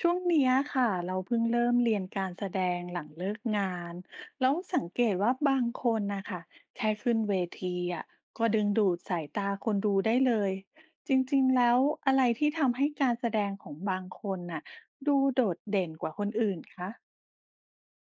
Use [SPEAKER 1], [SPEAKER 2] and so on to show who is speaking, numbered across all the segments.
[SPEAKER 1] ช่วงเนี้ยค่ะเราเพิ่งเริ่มเรียนการแสดงหลังเลิกงานแล้วสังเกตว่าบางคนนะคะแค่ขึ้นเวทีอ่ะก็ดึงดูดสายตาคนดูได้เลยจริงๆแล้วอะไรที่ทำให้การแสดงของบางคนน่ะดูโดดเด่นกว่าคนอื่นคะ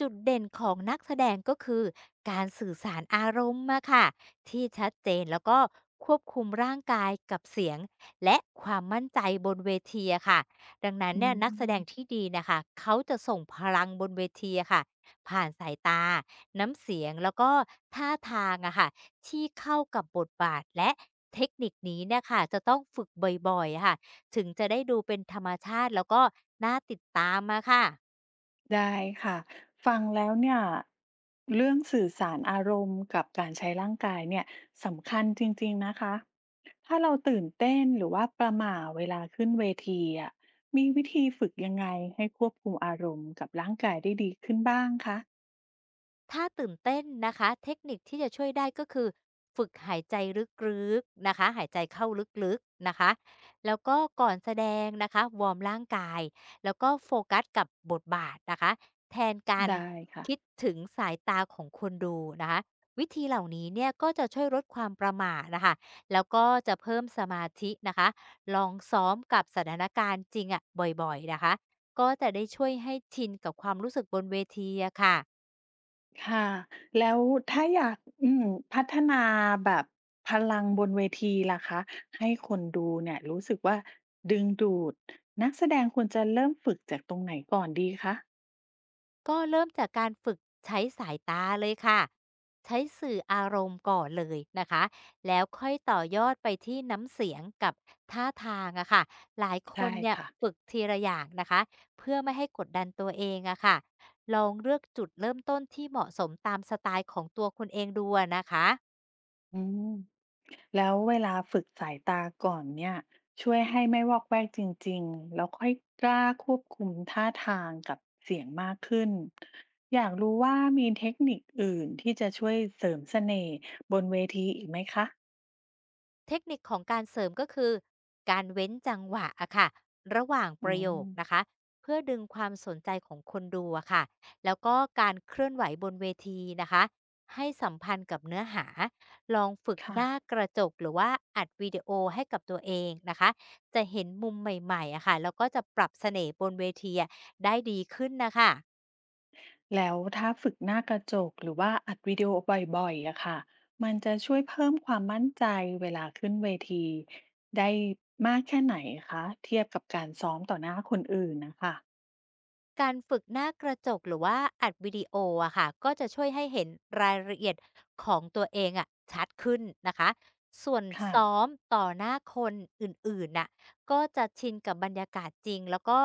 [SPEAKER 2] จุดเด่นของนักแสดงก็คือการสื่อสารอารมณ์มาค่ะที่ชัดเจนแล้วก็ควบคุมร่างกายกับเสียงและความมั่นใจบนเวทีอะค่ะดังนั้น
[SPEAKER 1] อื
[SPEAKER 2] เนี่ยนักแสดงที่
[SPEAKER 1] ม
[SPEAKER 2] ดีนะคะเขาจะส่งพลังบนเวทีอะค่ะผ่านสายตาน้ำเสียงแล้วก็ท่าทางอะค่ะที่เข้ากับบทบาทและเทคนิคนี้เนะคะจะต้องฝึกบ่อยๆอะค่ะถึงจะได้ดูเป็นธรรมชาติแล้วก็น่าติดตามมาค่ะ
[SPEAKER 1] ได้ค่ะ ฟังแล้วเนี่ยเรื่องสื่อสารอารมณ์กับการใช้ร่างกายเนี่ยสำคัญจริงๆนะคะ ถ้าเราตื่นเต้นหรือว่าประหม่าเวลาขึ้นเวทีอ่ะมีวิธีฝึกยังไงให้ควบคุมอารมณ์กับร่างกายได้ดีขึ้นบ้างคะ
[SPEAKER 2] ถ้าตื่นเต้นนะคะเทคนิคที่จะช่วยได้ก็คือฝึกหายใจลึกๆนะคะหายใจเข้าลึกๆนะคะแล้วก็ก่อนแสดงนะคะวอร์มร่างกายแล้วก็โฟกัสกับบทบาทนะคะแทนการ
[SPEAKER 1] ได้ค่ะ
[SPEAKER 2] คิดถึงสายตาของคนดูนะคะวิธีเหล่านี้เนี่ยก็จะช่วยลดความประหม่านะคะแล้วก็จะเพิ่มสมาธินะคะลองซ้อมกับสถานการณ์จริงอะบ่อยๆนะคะก็จะได้ช่วยให้ชินกับความรู้สึกบนเวทีอะค่ะ
[SPEAKER 1] ค่ะแล้วถ้าอยากพัฒนาแบบพลังบนเวทีล่ะคะให้คนดูเนี่ยรู้สึกว่าดึงดูดนักแสดงควรจะเริ่มฝึกจากตรงไหนก่อนดีคะ
[SPEAKER 2] ก็เริ่มจากการฝึกใช้สายตาเลยค่ะ ใช้สื่ออารมณ์ก่อนเลยนะคะ แล้วค่อยต่อยอดไปที่น้ำเสียงกับท่าทางอะค่ะหลายคน
[SPEAKER 1] ได้
[SPEAKER 2] เนี่ย
[SPEAKER 1] ค่ะ
[SPEAKER 2] ฝึกทีละอย่างนะคะ เพื่อไม่ให้กดดันตัวเองอะค่ะลองเลือกจุดเริ่มต้นที่เหมาะสมตามสไตล์ของตัวคุณเองดูอะนะคะ
[SPEAKER 1] อืมแล้วเวลาฝึกสายตาก่อนเนี่ยช่วยให้ไม่วอกแวกจริงๆแล้วค่อยกล้าควบคุมท่าทางกับเสียงมากขึ้นอยากรู้ว่ามีเทคนิคอื่นที่จะช่วยเสริมเสน่ห์บนเวทีอีกไหมคะ
[SPEAKER 2] เทคนิคของการเสริมก็คือการเว้นจังหวะอะค่ะระหว่างป
[SPEAKER 1] อื
[SPEAKER 2] ระโยคนะ
[SPEAKER 1] ม
[SPEAKER 2] คะเพื่อดึงความสนใจของคนดูอะค่ะแล้วก็การเคลื่อนไหวบนเวทีนะคะให้สัมพันธ์กับเนื้อหาลองฝึกห
[SPEAKER 1] ค่ะ
[SPEAKER 2] น้ากระจกหรือว่าอัดวิดีโอให้กับตัวเองนะคะจะเห็นมุมใหม่ๆอะค่ะแล้วก็จะปรับเสน่ห์บนเวทีอะได้ดีขึ้นนะคะ
[SPEAKER 1] แล้วถ้าฝึกหน้ากระจกหรือว่าอัดวิดีโอบ่อยๆอะค่ะมันจะช่วยเพิ่มความมั่นใจเวลาขึ้นเวทีได้มากแค่ไหนคะเทียบกับการซ้อมต่อหน้าคนอื่นนะคะ
[SPEAKER 2] การฝึกหน้ากระจกหรือว่าอัดวิดีโออะค่ะก็จะช่วยให้เห็นรายละเอียดของตัวเองอะชัดขึ้นนะคะส่วน
[SPEAKER 1] ค่ะ
[SPEAKER 2] ซ้อมต่อหน้าคนอื่นๆน่ะก็จะชินกับบรรยากาศจริงแล้วก็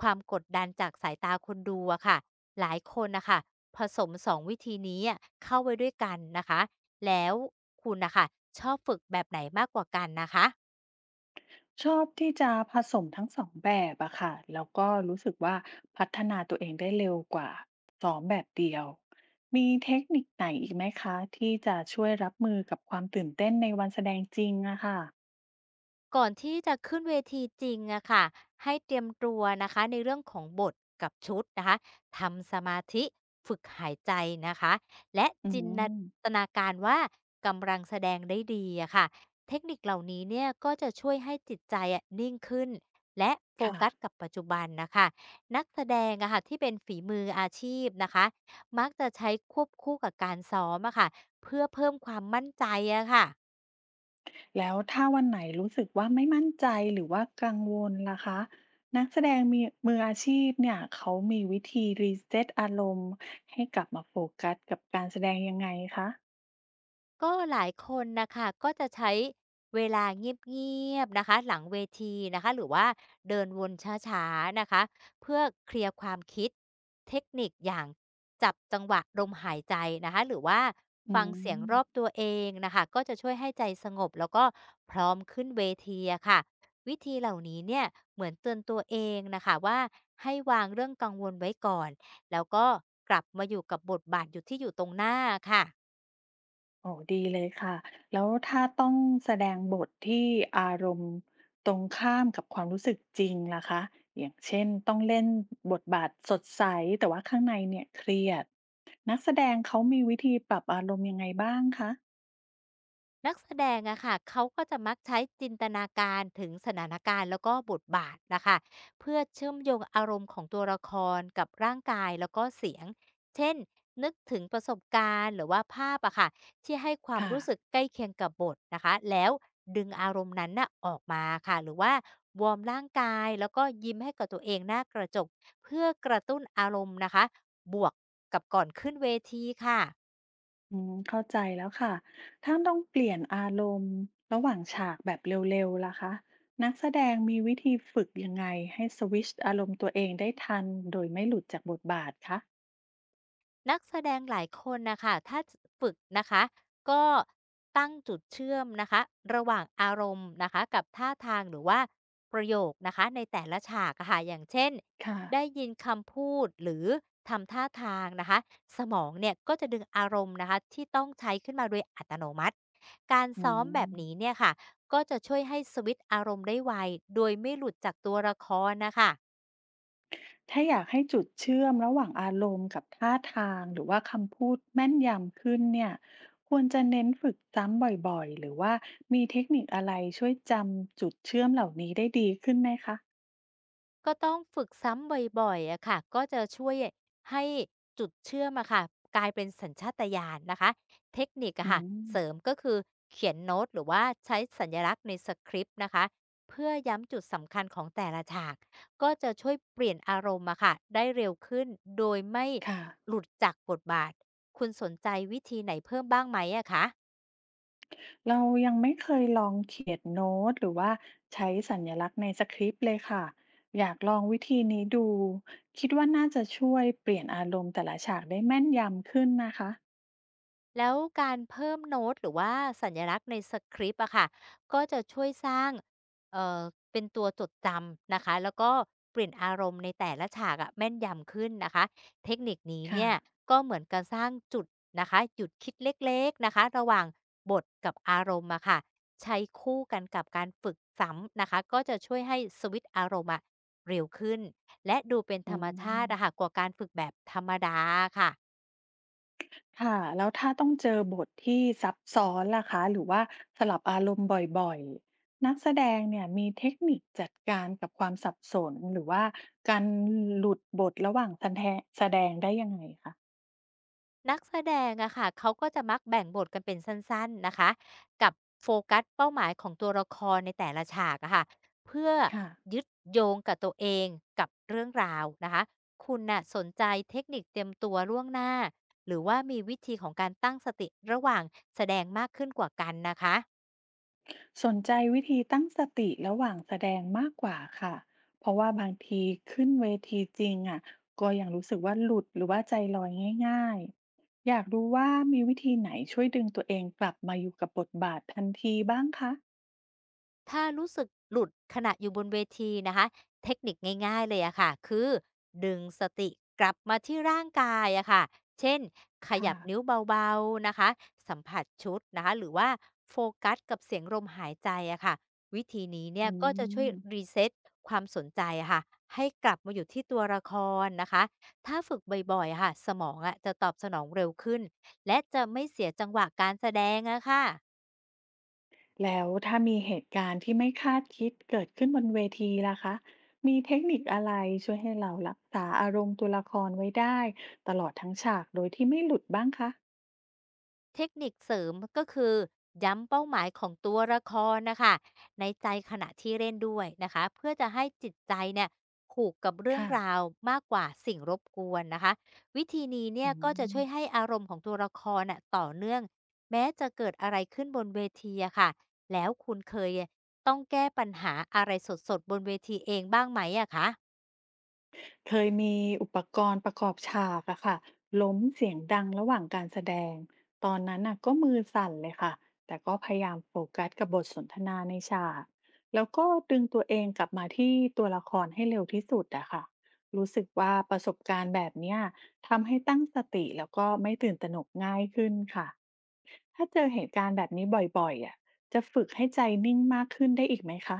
[SPEAKER 2] ความกดดันจากสายตาคนดูอะค่ะหลายคนนะคะผสมสองวิธีนี้อะเข้าไว้ด้วยกันนะคะแล้วคุณนะคะชอบฝึกแบบไหนมากกว่ากันนะคะ
[SPEAKER 1] ชอบที่จะผสมทั้งสองแบบอะค่ะแล้วก็รู้สึกว่าพัฒนาตัวเองได้เร็วกว่าซ้อมแบบเดียวมีเทคนิคไหนอีกไหมคะที่จะช่วยรับมือกับความตื่นเต้นในวันแสดงจริงอะค่ะ
[SPEAKER 2] ก่อนที่จะขึ้นเวทีจริงอะค่ะให้เตรียมตัวนะคะในเรื่องของบทกับชุดนะคะทำสมาธิฝึกหายใจนะคะและ
[SPEAKER 1] อื
[SPEAKER 2] จิน
[SPEAKER 1] ม
[SPEAKER 2] ตนาการว่ากำลังแสดงได้ดีอะค่ะเทคนิคเหล่านี้เนี่ยก็จะช่วยให้จิตใจอะนิ่งขึ้นและโฟกัส
[SPEAKER 1] ค่ะ
[SPEAKER 2] กับปัจจุบันนะคะนักแสดงอะค่ะที่เป็นฝีมืออาชีพนะคะมักจะใช้ควบคู่กับการซ้อมอะค่ะเพื่อเพิ่มความมั่นใจอะค่ะ
[SPEAKER 1] แล้วถ้าวันไหนรู้สึกว่าไม่มั่นใจหรือว่ากังวลล่ะคะนักแสดงมีมืออาชีพเนี่ยเขามีวิธีรีเซ็ตอารมณ์ให้กลับมาโฟกัสกับการแสดงยังไงคะ
[SPEAKER 2] ก็หลายคนนะคะก็จะใช้เวลาเงียบๆนะคะหลังเวทีนะคะหรือว่าเดินวนช้าๆนะคะเพื่อเคลียร์ความคิดเทคนิคอย่างจับจังหวะลมหายใจนะคะหรือว่า
[SPEAKER 1] อื
[SPEAKER 2] ฟังเสียงรอบ
[SPEAKER 1] ม
[SPEAKER 2] ตัวเองนะคะก็จะช่วยให้ใจสงบแล้วก็พร้อมขึ้นเวทีอะค่ะวิธีเหล่านี้เนี่ยเหมือนเตือนตัวเองนะคะว่าให้วางเรื่องกังวลไว้ก่อนแล้วก็กลับมาอยู่กับบทบาทอยู่ที่อยู่ตรงหน้าค่ะ
[SPEAKER 1] โอ้ดีเลยค่ะแล้วถ้าต้องแสดงบทที่อารมณ์ตรงข้ามกับความรู้สึกจริงล่ะคะอย่างเช่นต้องเล่นบทบาทสดใสแต่ว่าข้างในเนี่ยเครียดนักแสดงเขามีวิธีปรับอารมณ์ยังไงบ้างคะ
[SPEAKER 2] นักแสดงอะค่ะเขาก็จะมักใช้จินตนาการถึงสถานการณ์แล้วก็บทบาทนะคะเพื่อเชื่อมโยงอารมณ์ของตัวละครกับร่างกายแล้วก็เสียงเช่นนึกถึงประสบการณ์หรือว่าภาพอะค่ะที่ให้ความ
[SPEAKER 1] ค่ะ
[SPEAKER 2] รู้สึกใกล้เคียงกับบทนะคะแล้วดึงอารมณ์นั้นน่ะออกมาค่ะหรือว่าวอร์มร่างกายแล้วก็ยิ้มให้กับตัวเองหน้ากระจกเพื่อกระตุ้นอารมณ์นะคะบวกกับก่อนขึ้นเวทีค่ะ
[SPEAKER 1] เข้าใจแล้วค่ะถ้าต้องเปลี่ยนอารมณ์ระหว่างฉากแบบเร็วๆล่ะคะนักแสดงมีวิธีฝึกยังไงให้สวิตช์อารมณ์ตัวเองได้ทันโดยไม่หลุดจากบทบาทคะ
[SPEAKER 2] นักแสดงหลายคนนะคะถ้าฝึกนะคะก็ตั้งจุดเชื่อมนะคะระหว่างอารมณ์นะคะกับท่าทางหรือว่าประโยคนะคะในแต่ละฉากอะค่ะอย่างเช่น
[SPEAKER 1] ค่ะ
[SPEAKER 2] ได้ยินคำพูดหรือทำท่าทางนะคะสมองเนี่ยก็จะดึงอารมณ์นะคะที่ต้องใช้ขึ้นมาโดยอัตโนมัติการ
[SPEAKER 1] อื
[SPEAKER 2] ซ้อมแบบนี้
[SPEAKER 1] ม
[SPEAKER 2] เนี่ยค่ะก็จะช่วยให้สวิตช์อารมณ์ได้ไวโดยไม่หลุดจากตัวละครนะคะ
[SPEAKER 1] ถ้าอยากให้จุดเชื่อมระหว่างอารมณ์กับท่าทางหรือว่าคำพูดแม่นยำขึ้นเนี่ย ควรจะเน้นฝึกซ้ำบ่อยๆหรือว่ามีเทคนิคอะไรช่วยจำจุดเชื่อมเหล่านี้ได้ดีขึ้นไหมคะ
[SPEAKER 2] ก็ต้องฝึกซ้ำบ่อยๆอะค่ะ ก็จะช่วยให้จุดเชื่อมอะค่ะกลายเป็นสัญชาตญาณนะคะ เทคนิคอะ
[SPEAKER 1] อื
[SPEAKER 2] ค่ะ
[SPEAKER 1] ม
[SPEAKER 2] เสริมก็คือเขียนโน้ตหรือว่าใช้สัญลักษณ์ในสคริปต์นะคะเพื่อย้ำจุดสำคัญของแต่ละฉากก็จะช่วยเปลี่ยนอารมณ์อะค่ะได้เร็วขึ้นโดยไม่
[SPEAKER 1] ค่ะ
[SPEAKER 2] หลุดจากบทบาทคุณสนใจวิธีไหนเพิ่มบ้างไหมอะคะ
[SPEAKER 1] เรายังไม่เคยลองเขียนโน้ตหรือว่าใช้สัญลักษณ์ในสคริปต์เลยค่ะอยากลองวิธีนี้ดูคิดว่าน่าจะช่วยเปลี่ยนอารมณ์แต่ละฉากได้แม่นยำขึ้นนะคะ
[SPEAKER 2] แล้วการเพิ่มโน้ตหรือว่าสัญลักษณ์ในสคริปต์อะค่ะก็จะช่วยสร้างเอ่อเป็นตัวจดจำนะคะแล้วก็เปลี่ยนอารมณ์ในแต่ละฉากอะแม่นยำขึ้นนะคะเทคนิคนี้
[SPEAKER 1] ค่ะ
[SPEAKER 2] เนี่ยก็เหมือนการสร้างจุดนะคะหยุดคิดเล็กๆนะคะระหว่างบทกับอารมณ์อะค่ะใช้คู่กันกับการฝึกซ้ำนะคะก็จะช่วยให้สวิตช์อารมณ์อะเร็วขึ้นและดูเป็น
[SPEAKER 1] อื
[SPEAKER 2] ธรรมชา
[SPEAKER 1] ม
[SPEAKER 2] ติอะค่ะกว่าการฝึกแบบธรรมดาค่ะ
[SPEAKER 1] ค่ะแล้วถ้าต้องเจอบทที่ซับซ้อนล่ะคะหรือว่าสลับอารมณ์บ่อยๆนักแสดงเนี่ยมีเทคนิคจัดการกับความสับสนหรือว่าการหลุดบทระหว่างแสดงได้ยังไงคะ
[SPEAKER 2] นักแสดงอะค่ะเขาก็จะมักแบ่งบทกันเป็นสั้นๆนะคะกับโฟกัสเป้าหมายของตัวละครในแต่ละฉากอะค่ะเพื่อ
[SPEAKER 1] ค่ะ
[SPEAKER 2] ยึดโยงกับตัวเองกับเรื่องราวนะคะคุณน่ะสนใจเทคนิคเตรียมตัวล่วงหน้าหรือว่ามีวิธีของการตั้งสติระหว่างแสดงมากขึ้นกว่ากันนะคะ
[SPEAKER 1] สนใจวิธีตั้งสติระหว่างแสดงมากกว่าค่ะเพราะว่าบางทีขึ้นเวทีจริงอ่ะก็ยังรู้สึกว่าหลุดหรือว่าใจลอยง่ายๆอยากรู้ว่ามีวิธีไหนช่วยดึงตัวเองกลับมาอยู่กับบทบาททันทีบ้างคะ
[SPEAKER 2] ถ้ารู้สึกหลุดขณะอยู่บนเวทีนะคะเทคนิคง่ายๆเลยอะค่ะคือดึงสติกลับมาที่ร่างกายอะค่ะเช่นข
[SPEAKER 1] ค่ะ
[SPEAKER 2] ยับนิ้วเบาๆนะคะสัมผัสชุดนะคะหรือว่าโฟกัสกับเสียงลมหายใจอะค่ะวิธีนี้เนี่
[SPEAKER 1] อื
[SPEAKER 2] ยก็จะช่วย
[SPEAKER 1] ม
[SPEAKER 2] รีเซ็ตความสนใจอะค่ะให้กลับมาอยู่ที่ตัวละครนะคะถ้าฝึกบ่อยๆอะค่ะสมองอะจะตอบสนองเร็วขึ้นและจะไม่เสียจังหวะการแสดงอะค่ะ
[SPEAKER 1] แล้วถ้ามีเหตุการณ์ที่ไม่คาดคิดเกิดขึ้นบนเวทีล่ะคะมีเทคนิคอะไรช่วยให้เรารักษาอารมณ์ตัวละครไว้ได้ตลอดทั้งฉากโดยที่ไม่หลุดบ้างคะ
[SPEAKER 2] เทคนิคเสริมก็คือย้ำเป้าหมายของตัวละครนะคะในใจขณะที่เล่นด้วยนะคะเพื่อจะให้จิตใจเนี่ยผูกกับเรื่อง
[SPEAKER 1] ค่ะ
[SPEAKER 2] ราวมากกว่าสิ่งรบกวนนะคะวิธีนี้เนี่ย
[SPEAKER 1] อื
[SPEAKER 2] ก็จะ
[SPEAKER 1] ม
[SPEAKER 2] ช่วยให้อารมณ์ของตัวละครน่ะต่อเนื่องแม้จะเกิดอะไรขึ้นบนเวทีอะค่ะแล้วคุณเคยต้องแก้ปัญหาอะไรสดๆบนเวทีเองบ้างไหมอะคะ
[SPEAKER 1] เคยมีอุปกรณ์ประกอบฉากอะค่ะล้มเสียงดังระหว่างการแสดงตอนนั้นน่ะก็มือสั่นเลยค่ะแต่ก็พยายามโฟกัสกับบทสนทนาในฉากแล้วก็ดึงตัวเองกลับมาที่ตัวละครให้เร็วที่สุดอะค่ะรู้สึกว่าประสบการณ์แบบเนี้ยทำให้ตั้งสติแล้วก็ไม่ตื่นตระหนกง่ายขึ้นค่ะถ้าเจอเหตุการณ์แบบนี้บ่อยๆอะจะฝึกให้ใจนิ่งมากขึ้นได้อีกไหมคะ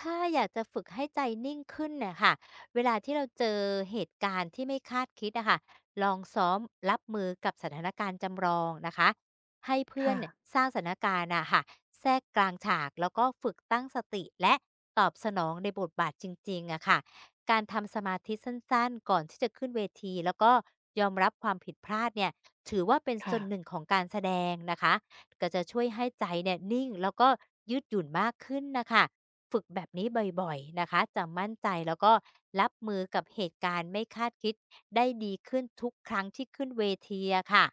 [SPEAKER 2] ถ้าอยากจะฝึกให้ใจนิ่งขึ้นเนี่ยค่ะเวลาที่เราเจอเหตุการณ์ที่ไม่คาดคิดอะค่ะลองซ้อมรับมือกับสถานการณ์จำลองนะคะให้เพื่อน
[SPEAKER 1] ค่ะ
[SPEAKER 2] เนี่ยสร้างสถานการณ์อะค่ะแทรกกลางฉากแล้วก็ฝึกตั้งสติและตอบสนองในบทบาทจริงๆอะค่ะการทำสมาธิสั้นๆก่อนที่จะขึ้นเวทีแล้วก็ยอมรับความผิดพลาดเนี่ยถือว่าเป็นส่
[SPEAKER 1] ค่ะ
[SPEAKER 2] วนหนึ่งของการแสดงนะคะก็จะช่วยให้ใจเนี่ยนิ่งแล้วก็ยืดหยุ่นมากขึ้นนะคะ ฝึกแบบนี้บ่อยๆนะคะจะมั่นใจแล้วก็รับมือกับเหตุการณ์ไม่คาดคิดได้ดีขึ้นทุกครั้งที่ขึ้นเวทีอะค่ะ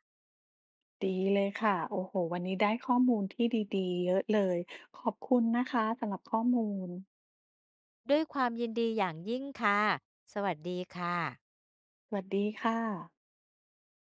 [SPEAKER 1] ดีเลยค่ะโอ้โหวันนี้ได้ข้อมูลที่ดีๆ เยอะเลย ขอบคุณนะคะสำหรับข้อมูล
[SPEAKER 2] ด้วยความยินดีอย่างยิ่งค่ะสวัสดีค่ะ
[SPEAKER 1] สวัสดีค่ะ